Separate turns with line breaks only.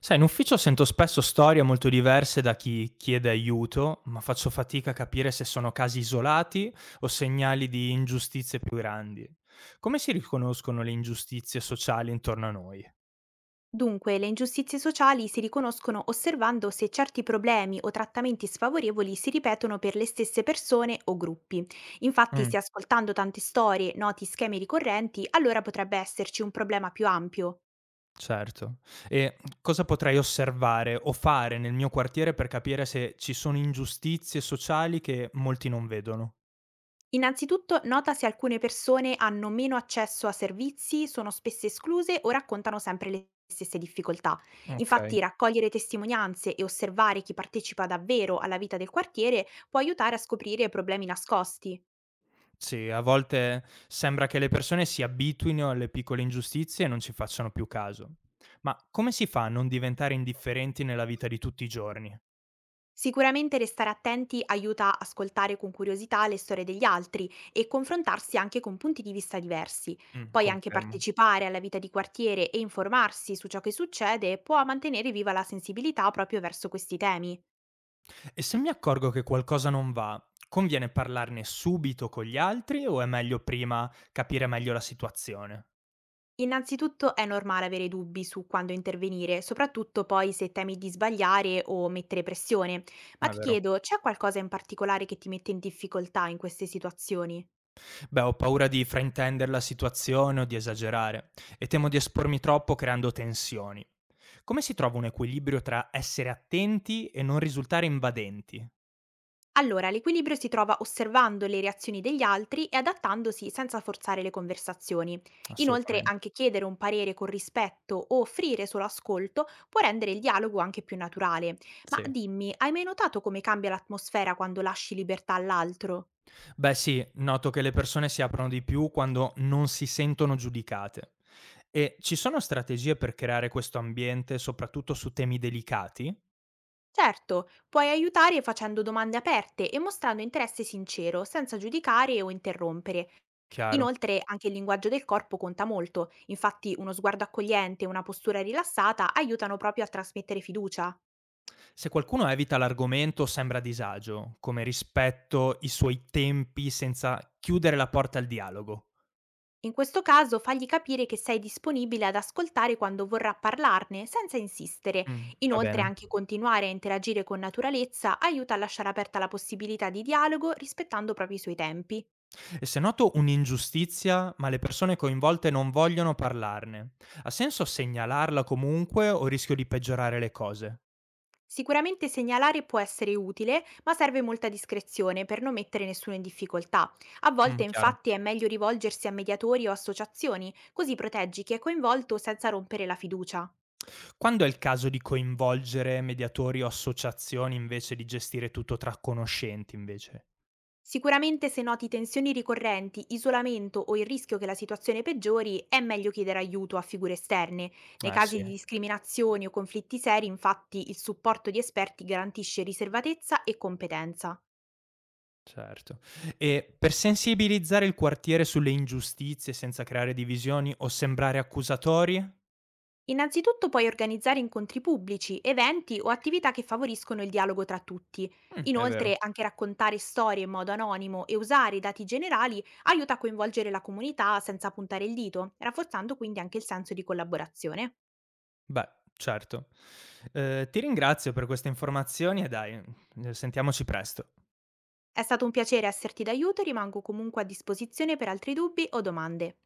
Sai, in ufficio sento spesso storie molto diverse da chi chiede aiuto, ma faccio fatica a capire se sono casi isolati o segnali di ingiustizie più grandi. Come si riconoscono le ingiustizie sociali intorno a noi?
Dunque, le ingiustizie sociali si riconoscono osservando se certi problemi o trattamenti sfavorevoli si ripetono per le stesse persone o gruppi. Infatti,
Mm,
se ascoltando tante storie noti schemi ricorrenti, allora potrebbe esserci un problema più ampio.
certo. E cosa potrei osservare o fare nel mio quartiere per capire se ci sono ingiustizie sociali che molti non vedono?
Innanzitutto, nota se alcune persone hanno meno accesso a servizi, sono spesso escluse o raccontano sempre le stesse difficoltà. Infatti,
Ok.
raccogliere testimonianze e osservare chi partecipa davvero alla vita del quartiere può aiutare a scoprire problemi nascosti.
Sì, a volte sembra che le persone si abituino alle piccole ingiustizie e non ci facciano più caso. Ma come si fa a non diventare indifferenti nella vita di tutti i giorni?
Sicuramente restare attenti aiuta a ascoltare con curiosità le storie degli altri e confrontarsi anche con punti di vista diversi.
Mm,
Poi anche
confermo.
partecipare alla vita di quartiere e informarsi su ciò che succede può mantenere viva la sensibilità proprio verso questi temi.
E se mi accorgo che qualcosa non va, conviene parlarne subito con gli altri o è meglio prima capire meglio la situazione?
Innanzitutto è normale avere dubbi su quando intervenire, soprattutto poi se temi di sbagliare o mettere pressione. Ma
È
ti
vero.
chiedo, c'è qualcosa in particolare che ti mette in difficoltà in queste situazioni?
Beh, ho paura di fraintendere la situazione o di esagerare e temo di espormi troppo creando tensioni. Come si trova un equilibrio tra essere attenti e non risultare invadenti?
Allora, l'equilibrio si trova osservando le reazioni degli altri e adattandosi senza forzare le conversazioni. Inoltre,
Assolutamente,
anche chiedere un parere con rispetto o offrire solo ascolto può rendere il dialogo anche più naturale. Ma
sì.
dimmi, hai mai notato come cambia l'atmosfera quando lasci libertà all'altro?
Beh sì, noto che le persone si aprono di più quando non si sentono giudicate. E ci sono strategie per creare questo ambiente, soprattutto su temi delicati?
Certo, puoi aiutare facendo domande aperte e mostrando interesse sincero, senza giudicare o interrompere.
Chiaro.
Inoltre, anche il linguaggio del corpo conta molto, infatti uno sguardo accogliente e una postura rilassata aiutano proprio a trasmettere fiducia.
Se qualcuno evita l'argomento o sembra a disagio, come rispetto i suoi tempi senza chiudere la porta al dialogo.
In questo caso fagli capire che sei disponibile ad ascoltare quando vorrà parlarne, senza insistere.
Va
Inoltre
bene.
anche continuare a interagire con naturalezza aiuta a lasciare aperta la possibilità di dialogo rispettando proprio i suoi tempi.
E se noto un'ingiustizia, ma le persone coinvolte non vogliono parlarne, ha senso segnalarla comunque o rischio di peggiorare le cose?
Sicuramente segnalare può essere utile, ma serve molta discrezione per non mettere nessuno in difficoltà. A volte
Chiaro.
infatti è meglio rivolgersi a mediatori o associazioni, così proteggi chi è coinvolto senza rompere la fiducia.
Quando è il caso di coinvolgere mediatori o associazioni invece di gestire tutto tra conoscenti invece?
Sicuramente se noti tensioni ricorrenti, isolamento o il rischio che la situazione peggiori, è meglio chiedere aiuto a figure esterne. Nei
Eh
casi
sì.
di discriminazioni o conflitti seri, infatti, il supporto di esperti garantisce riservatezza e competenza.
Certo. E per sensibilizzare il quartiere sulle ingiustizie senza creare divisioni o sembrare accusatori?
Innanzitutto puoi organizzare incontri pubblici, eventi o attività che favoriscono il dialogo tra tutti.
È
Inoltre,
vero.
anche raccontare storie in modo anonimo e usare i dati generali aiuta a coinvolgere la comunità senza puntare il dito, rafforzando quindi anche il senso di collaborazione.
Beh, certo. Ti ringrazio per queste informazioni e dai, sentiamoci presto.
È stato un piacere esserti d'aiuto e rimango comunque a disposizione per altri dubbi o domande.